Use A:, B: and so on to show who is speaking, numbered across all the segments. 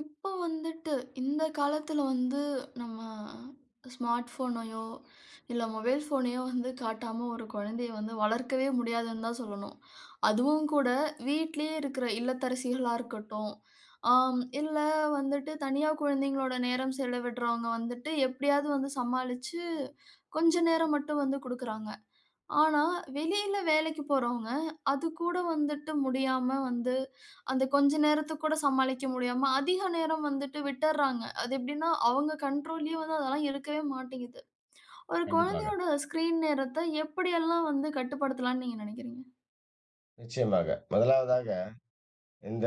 A: இப்போ வந்துட்டு இந்த காலத்துல வந்து நம்ம ஸ்மார்ட் ஃபோனையோ, இல்ல மொபைல் ஃபோனையோ வந்து காட்டாம ஒரு குழந்தைய வந்து வளர்க்கவே முடியாதுன்னு தான் சொல்லணும். அதுவும் கூட வீட்டிலேயே இருக்கிற இல்லத்தரசிகளா இருக்கட்டும், ஆம், இல்ல வந்துட்டு தனியா குழந்தைங்களோட நேரம் செலவிடுறவங்க வந்துட்டு எப்படியாவது வந்து சமாளிச்சு கொஞ்ச நேரம் மட்டும் வந்து குடுக்குறாங்க. ஆனா, வெளியில வேலைக்கு போறவங்க, அது கூட வந்துட்டு முடியாம வந்து, அந்த கொஞ்ச நேரத்துக்கு கூட சமாளிக்க முடியாம, அதிக நேரம் வந்துட்டு விட்டுர்றாங்க. அது எப்படின்னா, அவங்க கண்ட்ரோல்லயே வந்து அதெல்லாம் இருக்கவே மாட்டேங்குது. ஒரு
B: கண்டிப்பாக.
A: குழந்தையோட ஸ்க்ரீன் நேரத்த எப்படியெல்லாம் வந்து கட்டுப்படுத்தலாம்ன்னு நீங்க நினைக்கிறீங்க?
B: நிச்சயமாக. முதலாவதாக இந்த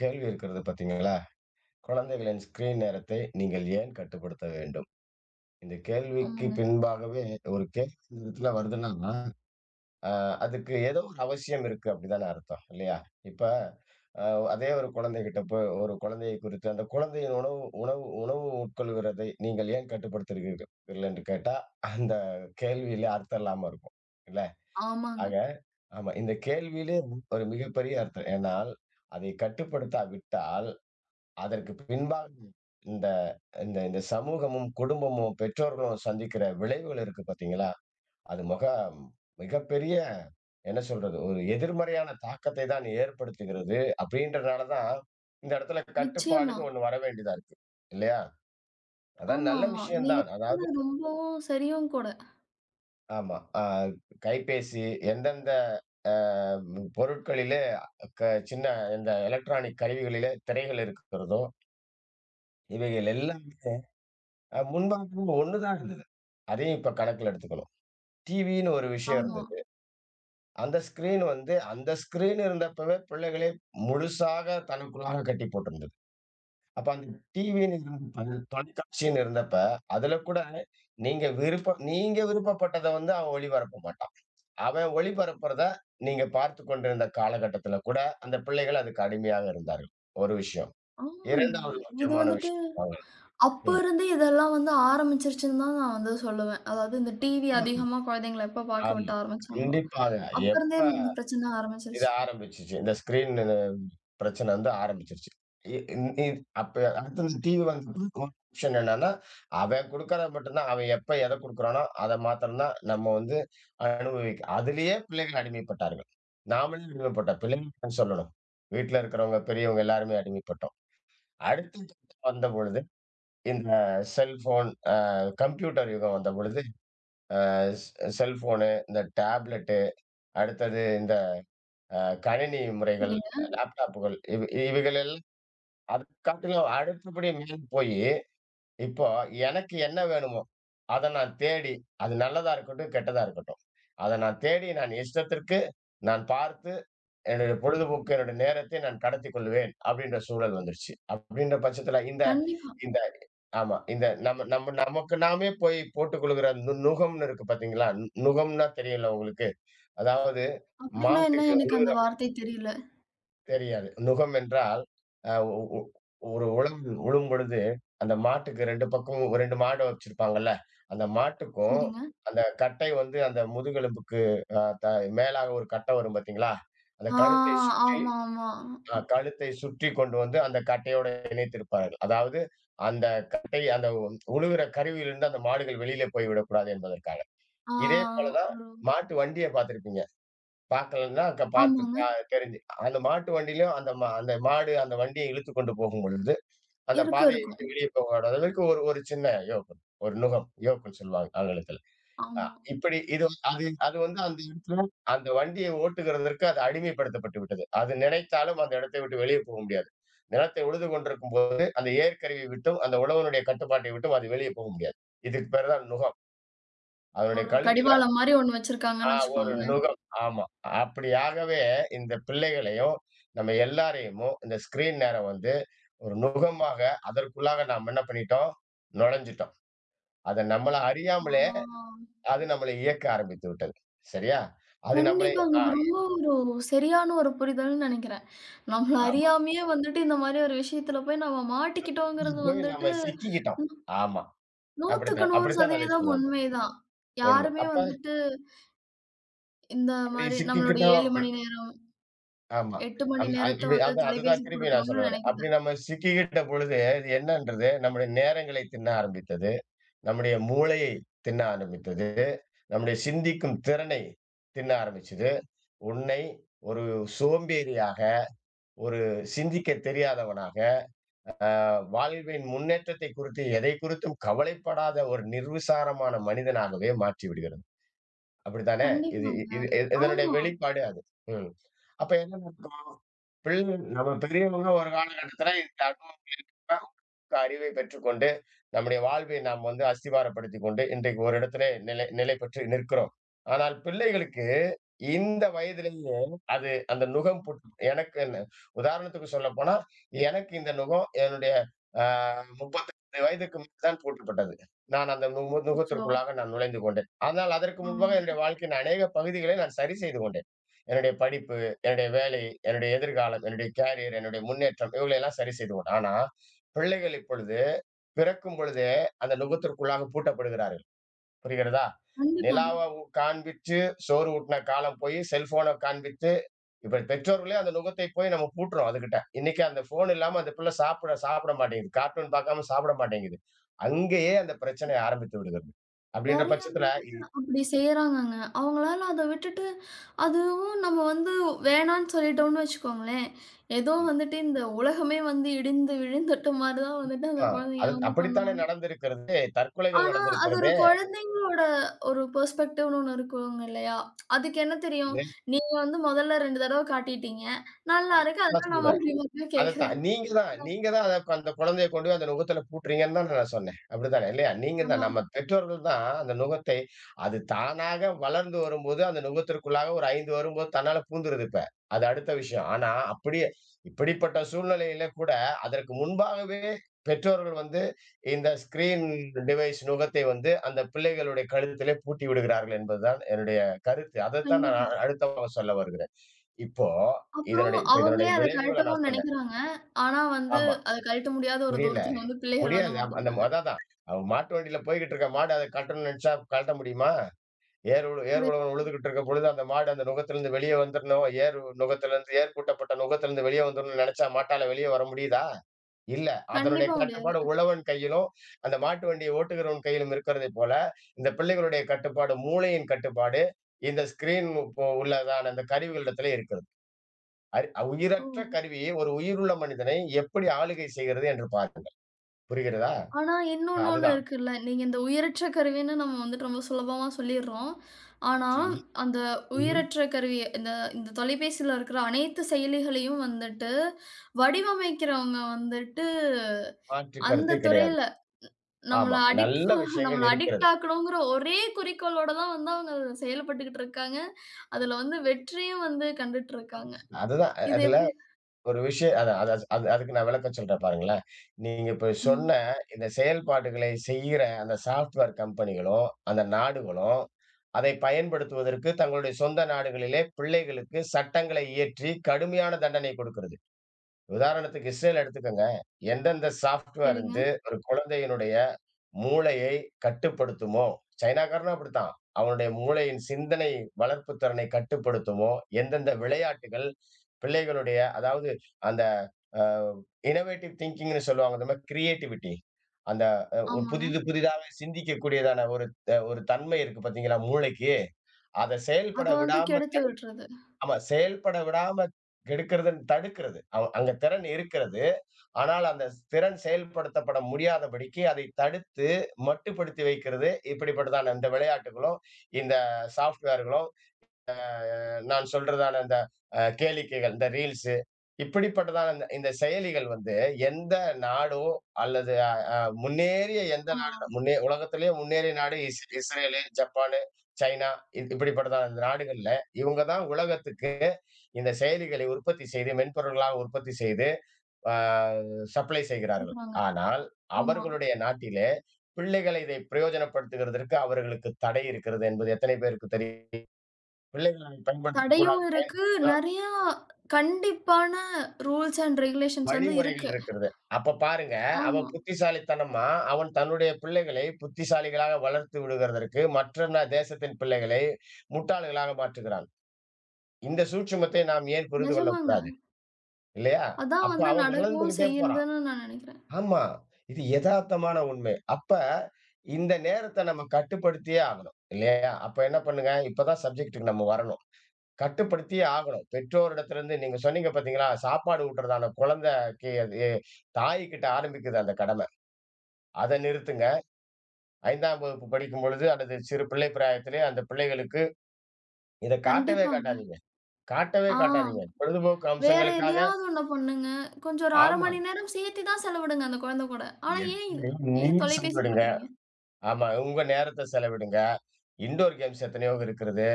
B: கேள்வி இருக்கிறது பார்த்தீங்களா? குழந்தைகளின் ஸ்கிரீன் நேரத்தை நீங்கள் ஏன் கட்டுப்படுத்த வேண்டும்? இந்த கேள்விக்கு
A: ஆமாங்க.
B: பின்பாகவே ஒரு கேள்வி இந்த இடத்துல வருதுன்னா, அ அதுக்கு ஏதோ ஒரு அவசியம் இருக்கு, அப்படிதானே அர்த்தம் இல்லையா? இப்ப அ அதே ஒரு குழந்தைகிட்ட போய் ஒரு குழந்தையை குறித்து அந்த குழந்தையின் உணவு உணவு உணவு உட்கொள்கிறதை நீங்கள் ஏன் கட்டுப்படுத்துகிறீர்கள் என்று கேட்டா, அந்த கேள்வியிலே அர்த்தம் இல்லாம இருக்கும். இல்ல?
A: ஆமாங்க.
B: ஆக ஆமா. இந்த கேள்வியிலே ஒரு மிகப்பெரிய அர்த்தம். ஏனால், அதை கட்டுப்படுத்தாவிட்டால், அதற்கு பின்பாக இந்த இந்த இந்த சமூகமும், குடும்பமும், பெற்றோர்களும் சந்திக்கிற விளைவுகள் இருக்கு பார்த்தீங்களா? அது மக மிகப்பெரிய, என்ன சொல்றது, ஒரு எதிர்மறையான தாக்கத்தை தான் ஏற்படுத்துகிறது. அப்படின்றனால தான், இந்த இடத்துல
A: நிச்சயமா.
B: கட்டுப்பாடுன்னு ஒண்ணு வர வேண்டியதா இருக்கு. இல்லையா? அதான் நல்ல
A: ஆமாமா.
B: விஷயம்
A: நீங்க
B: தான். அதாவது
A: சொல்றது ரொம்பவும் சரியும் கூட.
B: ஆமா. கைபேசி எந்தெந்த அ பொருட்களிலே க சின்ன இந்த எலக்ட்ரானிக் கருவிகளிலே திரைகள் இருக்கிறதோ, இவைகள் எல்லாம், முன்பாக ஒண்ணு தான் இருந்தது. அதையும் இப்ப கணக்குல எடுத்துக்கணும். டிவின்னு ஒரு விஷயம்
A: ஆமா.
B: இருந்தது. அந்த ஸ்கிரீன் வந்து அந்த ஸ்கிரீன் இருந்தப்பவே பிள்ளைகளே முழுசாக தனக்குள்ளாக கட்டி போட்டிருந்தது. அப்ப அந்த டிவின்னு இருந்தப்ப, தொலைக்காட்சின்னு இருந்தப்ப, அதுல கூட நீங்க விருப்பம் நீங்க விருப்பப்பட்டத வந்து அவன் ஒளிபரப்ப மாட்டான். அவன் ஒளிபரப்புறத நீங்க பார்த்துக் கொண்டிருந்த காலகட்டத்துல கூட, அந்த பிள்ளைகள் அதுக்கு அடிமையாக இருந்தார்கள். ஒரு விஷயம்.
A: ஆமாங்க.
B: 2வது
A: இது
B: முக்கியமான
A: வந்துட்டு
B: விஷயம். ஆமா.
A: அப்ப
B: ம்.
A: இருந்து இதெல்லாம் வந்து ஆரம்பிச்சிருச்சுன்னு தான் நான் வந்து சொல்லுவேன். அதாவது இந்த டிவி
B: ம்.
A: அதிகமா குழந்தைங்கள எப்ப பார்க்க
B: ஆமா.
A: விட ஆரம்பிச்சாங்களோ,
B: கண்டிப்பாக.
A: அப்ப
B: எப்ப
A: இருந்தே இந்த பிரச்சனை
B: இது
A: ஆரம்பிச்சிருச்சு.
B: ஆரம்பிச்சுச்சு, இந்த ஸ்கிரீன் பிரச்சனை வந்து ஆரம்பிச்சுருச்சு. இ இந் இத் அப்ப அடுத்தது டிவி வந்தப்ப ஒரு ஆப்ஷன் என்னன்னா, அவன் குடுக்கறது மட்டும் தான். அவன் எப்ப எத குடுக்குறானோ, அத மாத்திரம் தான் நம்ம வந்து அனுபவிக்க, அதிலேயே பிள்ளைகள் அடிமைப்பட்டார்கள். நாமளும் அடிமைப்பட்டோம். பிள்ளைகள் சொல்லணும். வீட்ல இருக்கிறவங்க, பெரியவங்க எல்லாருமே அடிமைப்பட்டோம். அடுத்து வந்த பொழுது இந்த செல்போன், கம்ப்யூட்டர் யுகம் வந்த பொழுது, ஸ் செல்போனு, இந்த டேப்லெட்டு, அடுத்தது இந்த அ கணினி முறைகள்,
A: சரிங்க.
B: லேப்டாப்புகள், இவைகளில் அது காட்டிலும் அடுத்தபடி மேல போயி, இப்போ எனக்கு என்ன வேணுமோ, அத நான் தேடி, அது நல்லதா இருக்கட்டும், கெட்டதா இருக்கட்டும், அத நான் தேடி நான் இஷ்டத்திற்கு நான் பார்த்து என்னுடைய பொழுதுபோக்கு, என்னுடைய நேரத்தை நான் கடத்திக் கொள்வேன், அப்படின்ற சூழல் வந்துருச்சு. அப்படின்ற பட்சத்தில இந்த,
A: கண்டிப்பா.
B: இந்த, ஆமா, இந்த நம்ம நம்ம நமக்கு நாமே போய் போட்டுக் கொள்ளுகிற நுகம்ன்னு இருக்கு பார்த்தீங்களா? நுகம்ன்னா தெரியும்ல உங்களுக்கு? அதாவது
A: அப்டின்னா என்ன
B: மாட்டுக்கு
A: எனக்கு
B: உழுவுற
A: அந்த வார்த்தை தெரியல.
B: தெரியாது. நுகம் என்றால், அ ஒ ஒ ஒரு உழவு உழும் பொழுது, அந்த மாட்டுக்கு 2 பக்கமும் 2 மாடு வச்சிருப்பாங்கல்ல. அந்த மாட்டுக்கும்,
A: சரிங்க.
B: அந்த கட்டை வந்து அந்த முதுகெலும்புக்கு அ த மேலாக ஒரு கட்டை வரும் பார்த்தீங்களா? அந்த
A: ஆ
B: கழுத்தை சுற்றி,
A: ஆமா, ஆமா.
B: கழுத்தை சுற்றி கொண்டு வந்து அந்த கட்டையோடு இணைத்திருப்பார்கள். அதாவது அந்த கட்டை உழுகிற கருவியிலிருந்து அந்த மாடுகள் வெளியிலே போய் விடக்கூடாது என்பதற்காக.
A: ஆ
B: இதே போல தான்
A: ஒரு
B: மாட்டு வண்டிய பார்த்திருப்பீங்க. பார்க்கலன்னா க பார்த்து
A: ஆமாங்க.
B: பா தெரிஞ்சு அந்த மாட்டு வண்டியிலயும் அந்த மாடு அந்த வண்டியை இழுத்துக் கொண்டு போகும்பொழுது, அந்த
A: இருக்கும்,
B: பாதையை
A: இருக்கும்.
B: விட்டு வெளியே போக அளவிற்கு ஒரு ஒரு சின்ன யோக்கு. ஒரு நுகம். யோக்குன்னு சொல்லுவாங்க ஆங்கிலத்தில. அ
A: ஆமா.
B: இப்படி இது அது அது வந்து அந்த இடத்துல அந்த வண்டியை ஓட்டுகிறதற்கு அது அடிமைப்படுத்தப்பட்டு விட்டது. அது நினைத்தாலும் அந்த இடத்தை விட்டு வெளியே போக முடியாது. நிலத்தை உழுது கொண்டிருக்கும்போது அந்த ஏர்க்கருவியை விட்டும், அந்த உழவனுடைய கட்டுப்பாட்டை விட்டும் அது வெளியே போக முடியாது. இதுக்கு பேரு தான் நுகம். அதனுடைய
A: ஒரு
B: கழுத்துல,
A: கடிவாளம் மாரி ஒண்ணு
B: ஆ
A: வச்சிருக்காங்கன்னு
B: ஒரு
A: வச்சுக்கோங்களேன்.
B: நுகம். ஆமா. அப்படியாகவே இந்த பிள்ளைகளையும், நம்ம எல்லாரையும் இந்த ஸ்கிரீன் நேரம் வந்து ஒரு நுகமாக அதற்குள்ளாக நாம் என்ன பண்ணிட்டோம்? நுழைஞ்சுட்டோம். அத நம்மள
A: ஆ.
B: அறியாமலே அது நம்மள இயக்க ஆரம்பித்து விட்டது. சரியா? அது நம்மளை,
A: கண்டிப்பாங்க.
B: ஆ
A: இது ரொம்ப ஒரு சரியான ஒரு புரிதல்ன்னு நெனைக்கிறேன். நம்மள
B: ஆமா,
A: அறியாமயே வந்துட்டு இந்த மாரி ஒரு விஷயத்துல போய் நம்ம மாட்டிக்கிட்டோங்கிறது
B: போய்
A: வந்துட்டு
B: நம்ம சிக்கிக்கிட்டோம். ஆமா.
A: 100க்கு
B: அப்படித்தான் அப்படித்தான் நான் அதை
A: 100%
B: சொல்லணும்.
A: உண்மைதான்.
B: உண்மை.
A: யாருமே
B: அப்ப
A: வந்துட்டு இந்த
B: அப்படி
A: மாரி நம்மளோட 7
B: சிக்கிக்கிட்டோம்.
A: மணி நேரம்,
B: ஆமா.
A: 8 மணி நேரத்த
B: அப்படி
A: வந்து
B: அதுதான்
A: தொலைபேசிக்கு
B: திரும்பி நான் சொல்ல
A: குடுக்கணும்னு
B: வரேன். அப்படி
A: நெனைக்கல.
B: நம்ம சிக்கிக்கிட்ட பொழுது இது என்னன்றது நம்முடைய நேரங்களை திண்ண ஆரம்பித்தது. நம்முடைய மூளையை திண்ண ஆரம்பித்தது. நம்முடைய சிந்திக்கும் திறனை திண்ண ஆரம்பிச்சது. உன்னை ஒரு சோம்பேறியாக, ஒரு சிந்திக்க தெரியாதவனாக, வாழ்வின் முன்னேற்றத்தை குறித்து எதை குறித்தும் கவலைப்படாத ஒரு நிர்விசாரமான மனிதனாகவே மாற்றி விடுகிறது. அப்படித்தானே? இது
A: கண்டிப்பாங்க.
B: இது இ இதனுடைய
A: ஆமா.
B: வெளிப்பாடு அது. ம். அப்ப என்ன நடக்கும்? பிள்ளைகள், நம்ம பெரியவங்க ஒரு காலகட்டத்துல இந்த அனுபவ அறிவை பெற்றுக்கொண்டு, நம்முடைய வாழ்வை நாம் வந்து அஸ்திவாரப்படுத்திக் கொண்டு, இன்றைக்கு ஒரு இடத்திலே நிலை நிலை பெற்று நிற்கிறோம். ஆனால் பிள்ளைகளுக்கு இந்த வயதிலேயே அது அந்த நுகம் புட் எனக்கு என்ன, உதாரணத்துக்கு சொல்லப்போனா, எனக்கு இந்த நுகம் என்னுடைய அ 35 வயதுக்கு முன்பு தான் பூட்டப்பட்டது. நான் அந்த நு
A: அச்சோ!
B: நுகத்திற்குள்ளாக நான் நுழைந்து கொண்டேன். ஆனால் அதற்கு முன்பாக
A: ஆமா.
B: என்னுடைய வாழ்க்கையின் அநேக பகுதிகளை நான் சரி செய்து கொண்டேன். என்னுடைய படிப்பு, என்னுடைய வேலை, என்னுடைய எதிர்காலம், என்னுடைய கேரியர், என்னுடைய முன்னேற்றம், இவைகளை எல்லாம் சரி செய்து கொண்டேன். ஆனா பிள்ளைகள் இப்பொழுது பிறக்கும் பொழுதே அந்த நுகத்திற்குள்ளாக பூட்டப்படுகிறார்கள். புரிகிறதா?
A: கண்டிப்பாங்க.
B: நிலாவ உ காண்பிச்சு சோறு ஊட்டின காலம் போய், செல்போன காண்பித்து இப்ப பெற்றோர்களே அந்த நுகத்தை போய் நம்ம பூட்டுறோம் அதுகிட்ட. இன்னைக்கு அந்த ஃபோன் இல்லாம அந்த பிள்ளை சாப்பிட சாப்பிட மாட்டேங்குது. கார்ட்டூன் பார்க்காம சாப்பிட மாட்டேங்குது. அங்கேயே அந்த பிரச்சனை ஆரம்பித்து விடுகிறது. அப்படின்ற
A: நெறைய
B: பட்சத்துல
A: பேரு
B: இ
A: அப்படி செய்றாங்கங்க. அவங்களால அத விட்டுட்டு, அதுவும் நம்ம வந்து வேணான்னு சொல்லிட்டோம்னு வச்சுக்கோங்களேன், ஏதோ
B: இ
A: வந்துட்டு இந்த உலகமே வந்து இடிந்து விழுந்துட்ட மாரி தான் வந்துட்டு அந்த
B: ஆ
A: குழந்தைங்க
B: அது
A: வந்து
B: அப்படித்தானே
A: பண்ணுவாங்க.
B: நடந்திருக்கிறது. தற்கொலைகள்
A: ஆனா, அது ஒரு
B: நடந்திருக்கிறது.
A: குழந்தைங்களோட ஒரு பெர்ஸ்பெக்டிவ்னு ஒண்ணு இருக்குங்க இல்லையா? அதுக்கு என்ன தெரியும்? நீங்க வந்து முதல்ல 2 தடவ காட்டிட்டீங்க. நல்லா இருக்கு. அதனால நான்
B: இதை
A: மறுபடியும் மறுபடியும்
B: அதத்தான்.
A: கேட்கிறேன்.
B: நீங்க தான் அத, அந்த குழந்தைய கொண்டு போய் அந்த நுகத்தில பூட்டுறீங்கன்னு தான் நான் சொன்னேன். அப்படித்தானே இல்லையா? நீங்க தான்,
A: அதான்.
B: நம்ம பெற்றோர்கள் தான் அந்த நுகத்தை, அது தானாக வளர்ந்து வரும்போது, அந்த நுகத்திற்குள்ளாக ஒரு 5 வரும்போது தன்னால பூந்துருது இப்ப. அது அடுத்த விஷயம். ஆனா அப்படியே இப்படிப்பட்ட சூழ்நிலையில கூட அதற்கு முன்பாகவே பெற்றோர்கள் வந்து இந்த ஸ்கிரீன் டிவைஸ் நுகத்தை வந்து அந்த பிள்ளைகளுடைய கழுத்திலே பூட்டி விடுகிறார்கள் என்பதுதான் என்னுடைய கருத்து. அதைத்தான் நான்
A: கண்டிப்பா.
B: அடுத்தமா சொல்ல வருகிறேன். இப்போ
A: அப்புறம்
B: இதனுடைய, இப்ப இதனுடைய
A: அவங்களே அத
B: விளைவுகள நான்
A: கழட்டவும்
B: சொன்னேன்.
A: நெனைக்கிறாங்க. ஆனா வந்து
B: ஆமா.
A: அத கழட்ட முடியாத ஒரு
B: புரியல.
A: தூரத்துல வந்து பிள்ளைகள் வந்து
B: முடியாது. அந்த
A: மாட்டிக்கிறாங்க.
B: அதான், அவன் மாட்டு வண்டியில போய்க்கிட்டு இருக்க மாடு அத கட்டணும்னு நெனச்சா கழட்ட முடியுமா? ஏர்
A: முடி
B: உழவன் உழுதுகிட்டு இருக்கும் பொழுது அந்த மாடு அந்த நுகத்திலிருந்து வெளிய வந்துரணும். ஏர் பூட்டப்பட்ட நுகத்திலிருந்து வெளிய வந்துரணும்னு நெனச்சா மாட்டால வெளிய வர முடியுதா? இல்ல. அதனுடைய
A: கண்டிப்பா முடியாது.
B: கட்டுப்பாடு உழவன் கையிலும், அந்த மாட்டு வண்டியை ஓட்டுகிறவன் கையிலும் இருக்கிறதைப் போல, இந்த பிள்ளைகளுடைய கட்டுப்பாடு, மூளையின் கட்டுப்பாடு, இந்த ஸ்கிரீன் இப்போ உள்ளதான அந்த கருவிகளிடத்திலே இருக்கிறது. அரி
A: ஓ!
B: உயிரற்ற கருவியை ஒரு உயிருள்ள மனிதனை எப்படி ஆளுகை செய்கிறது என்று பாருங்கள். புரிகிறதா?
A: ஆனா இன்னொன்னு ஒண்ணு
B: அதுதான்.
A: இருக்குல்ல. நீங்க இந்த உயிரற்ற கருவின்னு நம்ம வந்துட்டு ரொம்ப சுலபமா சொல்லிர்றோம். ஆனா,
B: சரிங்க.
A: அந்த
B: ம்ஹ்ம்.
A: உயிரற்ற கருவி இந்த இந்த தொலைபேசியில இருக்கிற அனைத்து செயலிகளையும் வந்துட்டு வடிவமைக்கிறவங்க வந்துட்டு
B: மாற்று
A: அந்த
B: கருத்தே கிடையாது.
A: துறையில நம்மள
B: ஆமா.
A: அடிக்ட்
B: நல்ல விஷயங்கள்
A: நம்மள
B: இருக்கிறது.
A: அடிக்ட் ஆக்கணுங்கிற ஒரே குறிக்கோளோட தான் வந்து அவங்க அதுல செயல்பட்டுக்கிட்டு இருக்காங்க. அதுல வந்து வெற்றியும் வந்து கண்டுட்டு இருக்காங்க.
B: அதுதான்
A: இது
B: அதுல
A: எப்படி?
B: ஒரு விஷயம், அத அத அது, அதுக்கு நான் விளக்கம் சொல்றேன் பாருங்களேன். நீங்க இப்ப சொன்ன
A: ம்.
B: இந்த செயல்பாடுகளை செய்யிற அந்த சாஃப்ட்வேர் கம்பெனிகளும், அந்த நாடுகளும், அதை பயன்படுத்துவதற்கு தங்களுடைய சொந்த நாடுகளிலே பிள்ளைகளுக்கு சட்டங்களை இயற்றி கடுமையான தண்டனை கொடுக்கிறது. உதாரணத்துக்கு இஸ்ரேல் எடுத்துக்கங்க. எந்தெந்த சாஃப்ட்வேர்
A: சரிங்க.
B: வந்து ஒரு குழந்தையினுடைய மூளையை கட்டுப்படுத்துமோ, சைனாக்காரனும் அப்படித்தான். அவனுடைய மூளையின் சிந்தனை வளர்ப்பு திறனை கட்டுப்படுத்துமோ, எந்தெந்த விளையாட்டுகள் பிள்ளைகளுடைய, அதாவது அந்த, அ இன்னோவேட்டிவ் திங்கிங்ன்னு சொல்லுவாங்க. அந்த மாரி கிரியேட்டிவிட்டி, அந்த, ஒரு
A: ஆமாங்க.
B: புதிதாக சிந்திக்கக்கூடியதான ஒரு ஒரு தன்மை இருக்கு பார்த்தீங்களா மூளைக்கு. அத
A: அத
B: செயல்பட
A: வந்து
B: விடாம
A: கெடுத்து
B: தடு
A: விட்டுறது.
B: ஆமா செயல்பட விடாம கெடுக்கிறதுன்னு தடுக்கிறது. அங்க திறன் இருக்கிறது. ஆனால் அந்த திறன் செயல்படுத்தப்பட முடியாதபடிக்கு அதை தடுத்து மட்டுப்படுத்தி வைக்கிறது இப்படிப்பட்டதான இந்த விளையாட்டுகளோ, இந்த சாஃப்ட்வேர்களோ, நான் சொல்றதான அந்த, கேளிக்கைகள், இந்த ரீல்ஸ், இப்படிப்பட்டதான இந்த இந்த செயலிகள் வந்து. எந்த நாடோ அல்லது, முன்னேறிய எந்த
A: ஆ.
B: நாடு, முன்னே உலகத்திலேயே முன்னேறிய நாடு, இஸ்ரேலு, ஜப்பானு, சைனா, இப்படிப்பட்டதான இந்த நாடுகள்ல, இவங்க தான் உலகத்துக்கு இந்த செயலிகளை உற்பத்தி செய்து, மென்பொருள்களாக உற்பத்தி செய்து சப்ளை செய்கிறார்கள்.
A: குடுக்குறாங்க.
B: ஆனால்
A: ஆமா.
B: அவர்களுடைய நாட்டிலே பிள்ளைகளை இதை பிரயோஜனப்படுத்துகிறதற்கு அவர்களுக்கு தடை இருக்கிறது என்பது எத்தனை பேருக்கு தெரியும். பிள்ளைகள் அதை
A: தடையும்
B: பயன்படுத்தக்கூடாது.
A: இருக்கு.
B: பயன்படுத்தினால்
A: நெறையா கண்டிப்பான ரூல்ஸ் அண்ட் ரெகுலேஷன்ஸ் வந்து
B: வழிமுறைகள்
A: இருக்கு.
B: இருக்கிறது. அப்ப பாருங்க,
A: ஆமா.
B: அவன் புத்திசாலித்தனமா அவன் தன்னுடைய பிள்ளைகளை புத்திசாலிகளாக வளர்த்து விடுகிறதற்கு மற்ற தேசத்தின் பிள்ளைகளை முட்டாள்களாக மாற்றுகிறான். இந்த சூட்சுமத்தை நாம் ஏன் புரிந்து
A: நிஜமாங்க.
B: கொள்ளக்கூடாது? இல்லையா?
A: அதான்
B: அப்ப
A: வந்து
B: அவன்
A: நடக்கவும்
B: வளர்ந்துகிட்டே போறான்.
A: செய்யுதுன்னு நான் நெனைக்கிறேன்.
B: ஆமா. இது எதார்த்தமான உண்மை. அப்ப இந்த நேரத்த நம்ம கட்டுப்படுத்தியே ஆகணும். இல்லையா? அப்ப என்ன பண்ணுங்க, இப்ப தான் சப்ஜெக்ட்டுக்கு நம்ம வரணும். கட்டுப்படுத்தியே ஆகணும். பெற்றோரிடத்திலிருந்து நீங்க சொன்னீங்க பார்த்தீங்களா? சாப்பாடு ஊட்டுறதான குழந்தைக்கு அது தாய்கிட்ட ஆரம்பிக்குது அந்த கடமை. அத நிறுத்துங்க. 5ஆம் வகுப்பு படிக்கும்பொழுது அல்லது சிறு பிள்ளை பிராயத்திலே அந்த பிள்ளைகளுக்கு இத காட்டவே
A: கண்டிப்பாங்க.
B: காட்டாதீங்க. காட்டவே
A: ஆ
B: காட்டாதீங்க. பொழுதுபோக்கு
A: வேற
B: அம்சங்களுக்காக,
A: எதையாவது ஒண்ண பண்ணுங்க. கொஞ்சம் ஒரு 1/2
B: ஆமா,
A: மணி நேரம் சேர்த்தி தான் செலவிடுங்க அந்த குழந்தை கூட. ஆனா ஏன் இது
B: எத்தனையோ
A: ஏன்
B: நீங்க
A: தொலைபேசி
B: செலவிடுங்க.
A: குடுக்குறீங்க?
B: ஆமா. உங்க நேரத்த செலவிடுங்க. இன்டோர் கேம்ஸ் எத்தனையோ இருக்கிறது.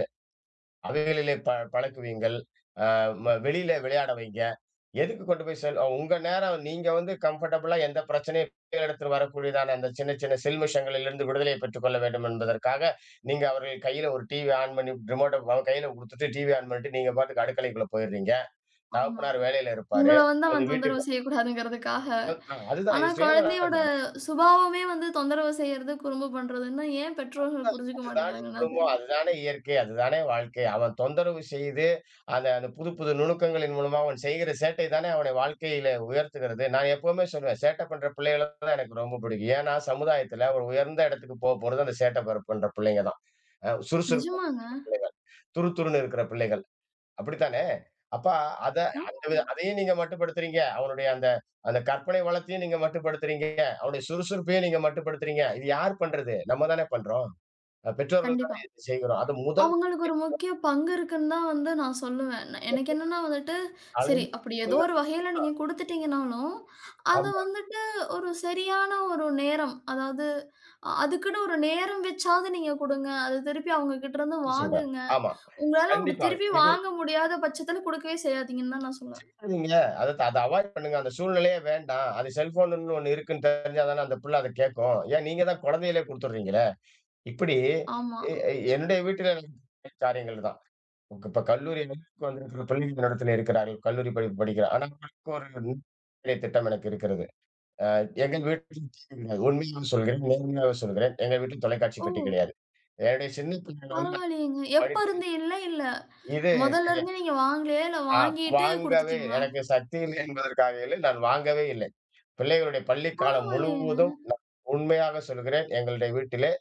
B: அவைகளிலே பழக்குவீங்கள். அ ம வெளியில விளையாட வைங்க. எதுக்கு கொண்டு போய் செல் உங்க நேரம் நீங்க வந்து கம்ஃபர்டபுளா, எந்த பிரச்சனையும் எடுத்துட்டு வரக்கூடியதான அந்த சின்ன சின்ன சில்மிஷங்களிலிருந்து விடுதலை பெற்றுக் கொள்ள வேண்டும் என்பதற்காக, நீங்க அவர்கள் கையில ஒரு டிவி ஆன் பண்ணி ரிமோட்ட அவங்க கையில குடுத்துட்டு டிவி ஆன் பண்ணிட்டு நீங்க பாட்டுக்கு அடுக்கலைக்குள்ள போயிடுறீங்க.
A: ஆமா.
B: தகப்பனார் வேலையில இருப்பாரு.
A: உங்கள வந்து
B: அல்லது
A: அவன் தொந்தரவு
B: வீட்டுக்கு
A: செய்யக்கூடாதுங்கிறதுக்காக.
B: அ அதுதான்,
A: ஆனா
B: இது
A: குழந்தையோட
B: சுயநலம்.
A: சுபாவமே வந்து தொந்தரவு செய்யறது, குறும்பு பண்றதுன்னா ஏன் பெற்றோர்கள் புரிஞ்சுக்க
B: அதுதானே
A: மாட்டேங்கிறாங்கன்னு தான்
B: குடும்பம்,
A: தெரியல.
B: அதுதானே இயற்கை, அதுதானே வாழ்க்கை. அவன் தொந்தரவு செய்து, அந்த அந்த புது புது நுணுக்கங்களின் மூலமா அவன் செய்கிற சேட்டை தானே அவனை வாழ்க்கையில உயர்த்துகிறது. நான் எப்பவுமே சொல்லுவேன், சேட்டை பண்ற பிள்ளைகள தான் எனக்கு ரொம்ப பிடிக்கும். ஏன்னா, சமுதாயத்துல ஒரு உயர்ந்த இடத்துக்கு போப்போறது அந்த சேட்டை பண்ற பிள்ளைங்க தான். சுறுசுறுப்பான
A: நிஜமாங்க.
B: பிள்ளைகள், துருதுருன்னு இருக்கிற பிள்ளைகள். அப்படித்தானே? அப்ப அத,
A: ஆமா.
B: அதையும் நீங்க மட்டுப்படுத்துறீங்க. அவனுடைய அந்த அந்த கற்பனை வளத்தையும் நீங்க மட்டுப்படுத்துறீங்க. அவனுடைய சுறுசுறுப்பையும் நீங்க மட்டுப்படுத்துறீங்க. இது யார் பண்றது? நம்ம தானே பண்றோம். பெற்றோர்கள் தானே
A: கண்டிப்பா.
B: இத செய்கிறோம். அது முதல்
A: அவங்களுக்கு ஒரு முக்கிய பங்கு இருக்குன்னு தான் வந்து நான் சொல்லுவேன். எனக்கு என்னன்னா வந்துட்டு, சரி
B: அலை-
A: அப்படி ஏதோ ஒரு வகையில நீங்க குடுத்துட்டீங்கனாலும், அத
B: ஆமா
A: வந்துட்டு ஒரு சரியான ஒரு நேரம், அதாவது அதுக்குன்னு ஒரு நேரம் வச்சாவது நீங்க குடுங்க. அத திருப்பி அவங்க கிட்டருந்து
B: சொல்றேன்.
A: வாங்குங்க.
B: ஆமா.
A: உங்களால அப்படி
B: கண்டிப்பா.
A: திருப்பி
B: இது
A: வாங்க முடியாத பட்சத்தில குடுக்கவே செய்யாதீங்கன்னு தான் நான் சொல்லுவேன்.
B: செய்யாதீங்க. அத அத அவாய்ட் பண்ணுங்க. அந்த சூழ்நிலையே வேண்டாம். அது செல்ஃபோனுன்னு ஒண்ணு இருக்குன்னு தெரிஞ்சா தானே அந்த புள்ள அத கேட்கும். ஏன் நீங்க தான் குழந்தையிலே குடுத்துடுறீங்களே! இப்படி
A: ஆமா.
B: எ எ- என்னுடைய வீட்டில காரியங்கள் தான். இப்ப இப்ப கல்லூரி வந்திருக்கிற பள்ளி நடத்தில இருக்கிறார்கள். கல்லூரி படிப்பு படிக்கிறேன். ஆனா அவருக்கு ஒரு திட்டம் எனக்கு இருக்கிறது. எங்க வீட்டில உண்மையாவே சொல்கிறேன், நேர்மையாவே சொல்கிறேன். எங்க வீட்டில தொலைக்காட்சி
A: ஓ!
B: பெட்டி கிடையாது. என்னுடைய சின்ன பிள்ளையில வந்து நான்
A: பரவாயில்லையேங்க. எப்ப
B: படித்து
A: இருந்து இல்ல, இல்ல.
B: இது,
A: முதல்ல
B: எ
A: இருந்து நீங்க வாங்கலையா? இல்ல
B: அ
A: வாங்கிட்டு
B: வாங்கவே
A: குடுத்துட்டீங்களா?
B: எனக்கு சக்தி இல்லை என்பதற்காக இல்லை. நான் வாங்கவே இல்லை. பிள்ளைகளுடைய பள்ளிக் காலம்
A: பரவாயில்லையேங்க.
B: முழுவதும் நான் உண்மையாக சொல்கிறேன், எங்களுடைய வீட்டிலே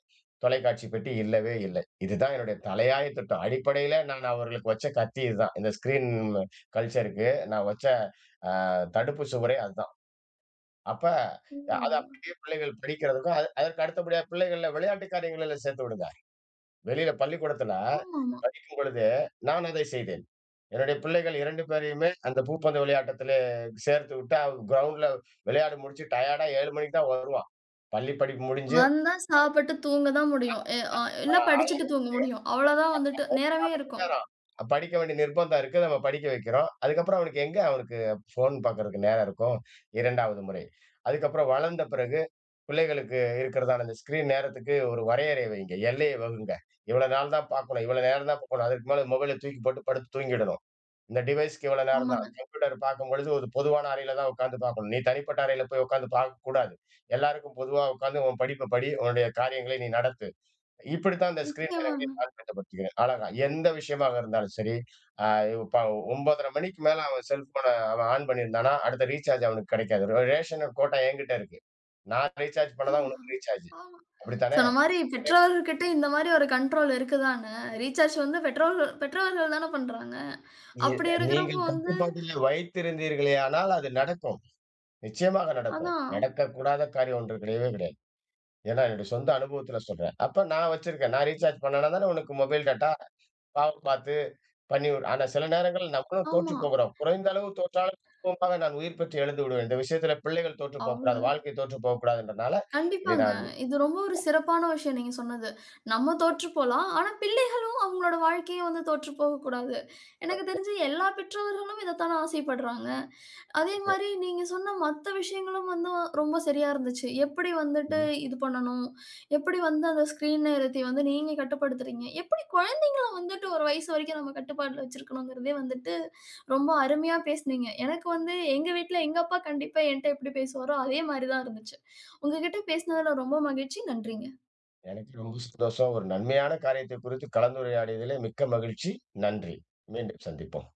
B: தொலைக்காட்சி பெட்டி இல்லவே இல்லை. இதுதான் என்னுடைய தலையாய திட்டம். அடிப்படையில நான் அவர்களுக்கு வச்ச கத்தி இதுதான். இந்த ஸ்கிரீன் கல்ச்சருக்கு நான் வச்ச அ தடுப்பு சுவரே அதுதான். அப்ப அத
A: ஓ!
B: அப்படியே பிள்ளைகள் படிக்கிறதுக்கும், அது அதற்கு அடுத்தபடியா பிள்ளைகள விளையாட்டு காரியங்களில சேர்த்து விடுங்க. வெளியில பள்ளிக்கூடத்துல
A: ஆமாமா.
B: படிக்கும்பொழுது நான் அதை செய்தேன். என்னுடைய பிள்ளைகள் 2 பேரையுமே அந்த பூப்பந்து விளையாட்டத்திலே சேர்த்து விட்டு, அவன் கிரவுண்ட்ல விளையாடி முடிச்சு டயர்டா 7 மணிக்கு தான் வருவான். பள்ளி படிப்பு முடிஞ்சு
A: வந்தா சாப்பிட்டு தூங்க தான் முடியும். எ அ இல்ல படிச்சுட்டு
B: அ
A: தூங்க முடியும். அவ்வளோதான் வந்துட்டு நேரமே இருக்கும்.
B: நேரம். படிக்க வேண்டிய நிர்பந்தம் இருக்கு. நம்ம படிக்க வைக்கிறோம். அதுக்கப்புறம் அவனுக்கு ஃபோன் பார்க்கறதுக்கு நேரம் இருக்கும்? 2வது முறை. அதுக்கப்புறம் வளர்ந்த பிறகு பிள்ளைகளுக்கு இருக்கிறதான அந்த ஸ்க்ரீன் நேரத்துக்கு ஒரு வரையறைய வையுங்க. எல்லைய வகுங்க. இவ்வளோ நாள் தான் பார்க்கணும். இவ்வளோ நேரம் தான் பார்க்கணும். அதுக்கு மேல மொபைல தூக்கி போட்டு படுத்து தூங்கிடணும். இந்த டிவைஸ்க்கு இவ்வளோ நேரம் தான்.
A: ஆமாங்க.
B: கம்ப்யூட்டர் பார்க்கும்பொழுது ஒரு பொதுவான அறையில தான் உட்கார்ந்து பார்க்கணும். நீ தனிப்பட்ட அறையில போய் உட்கார்ந்து பார்க்கக்கூடாது. எல்லாருக்கும் பொதுவா உட்கார்ந்து உன் படிப்ப படி, உன்னுடைய காரியங்களை நீ நடத்து. இப்படித்தான் இந்த ஸ்கிரீன் நேரங்களை
A: நிச்சயமாங்க.
B: நான் கட்டுப்படுத்திக்கிறேன். அழகா. எந்த விஷயமாக இருந்தாலும் சரி, அ இப்ப 9:30 மணிக்கு மேல அவன் செல்ஃபோன அவன் ஆன் பண்ணியிருந்தானா, அடுத்த ரீசார்ஜ் அவனுக்கு கிடைக்காது. ரேஷன் கோட்டா என்கிட்ட இருக்கு. நான் ரீசார்ஜ் பண்ணதான்
A: ஆஹா,
B: உனக்கு ரீசார்ஜ்.
A: ஆமா.
B: அப்படித்தானே?
A: சொன்ன மாரி பெற்றோர்கிட்ட இந்த மாரி ஒரு கண்ட்ரோல் இருக்குதாங்க. ரீசார்ஜ் வந்து பெற்றோர்கள் பெற்றோர்கள் தானே பண்றாங்க.
B: எ
A: அப்படி இருக்கிறப்போ
B: நீங்கள்
A: வந்து
B: கட்டுப்பாட்டிலே வைத்திருந்தீர்களேயானால் அது நடக்கும். நிச்சயமாக நடக்கும்.
A: அதான்.
B: நடக்கக்கூடாத காரியம் ஒன்று கிடையவே கிடையாது. ஏன்னா என்னுடைய சொந்த அனுபவத்துல சொல்றேன். அப்ப நான் வச்சிருக்கேன். நான் ரீசார்ஜ் பண்ணனா தானே உனக்கு மொபைல் டேட்டா, பாவம் பார்த்து பண்ணிவிடும். ஆனா சில நேரங்கள்ல நம்மளும்
A: ஆமா.
B: தோற்றுப் போகிறோம். குறைந்த அளவு தோற்றாலும் தத்துவமாக நான் உயிர் பெற்று எழுந்து விடுவேன். இந்த விஷயத்துல பிள்ளைகள் தோற்றுப்
A: அவ்வளோ
B: போகக்கூடாது. வாழ்க்கை தோற்றுப் போகக்கூடாதுன்றனால, இதை
A: கண்டிப்பாங்க.
B: நான்.
A: இது ரொம்ப ஒரு சிறப்பான விஷயம் நீங்க சொன்னது. நம்ம தோற்று போலாம். ஆனா பிள்ளையும் அவங்களோட வாழ்க்கையும் வந்து தோற்று போகக்கூடாது. எனக்கு தெரிஞ்சு எல்லா பெற்றோர்களும் இத தானே ஆசைப்படுறாங்க. அதே மாரி நீங்க சொன்ன மத்த விஷயங்களும் வந்து ரொம்ப சரியா இருந்துச்சு. எப்படி வந்துட்டு
B: ம்.
A: இது பண்ணணும்? எப்படி வந்து அந்த ஸ்க்ரீன் நேரத்தை வந்து நீங்க கட்டுப்படுத்துறீங்க? எப்படி குழந்தைங்கள வந்துட்டு ஒரு வயசு வரைக்கும் நம்ம கட்டுப்பாட்டுல வச்சிருக்கணுங்கிறதே வந்துட்டு ரொம்ப அருமையா பேசுனீங்க. எனக்கு வந்து எங்க வீட்ல எங்க அப்பா கண்டிப்பா என்ட்ட எப்படி பேசுவாரோ, அதே மாரி தான் இருந்துச்சு. உங்ககிட்ட பேசினதுல ரொம்ப மகிழ்ச்சி. நன்றிங்க.
B: எனக்கு ரொம்ப சந்தோஷம். ஒரு நன்மையான காரியத்தைக் குறித்து கலந்துரையாடியதிலே மிக்க மகிழ்ச்சி. நன்றி. மீண்டும் சந்திப்போம்.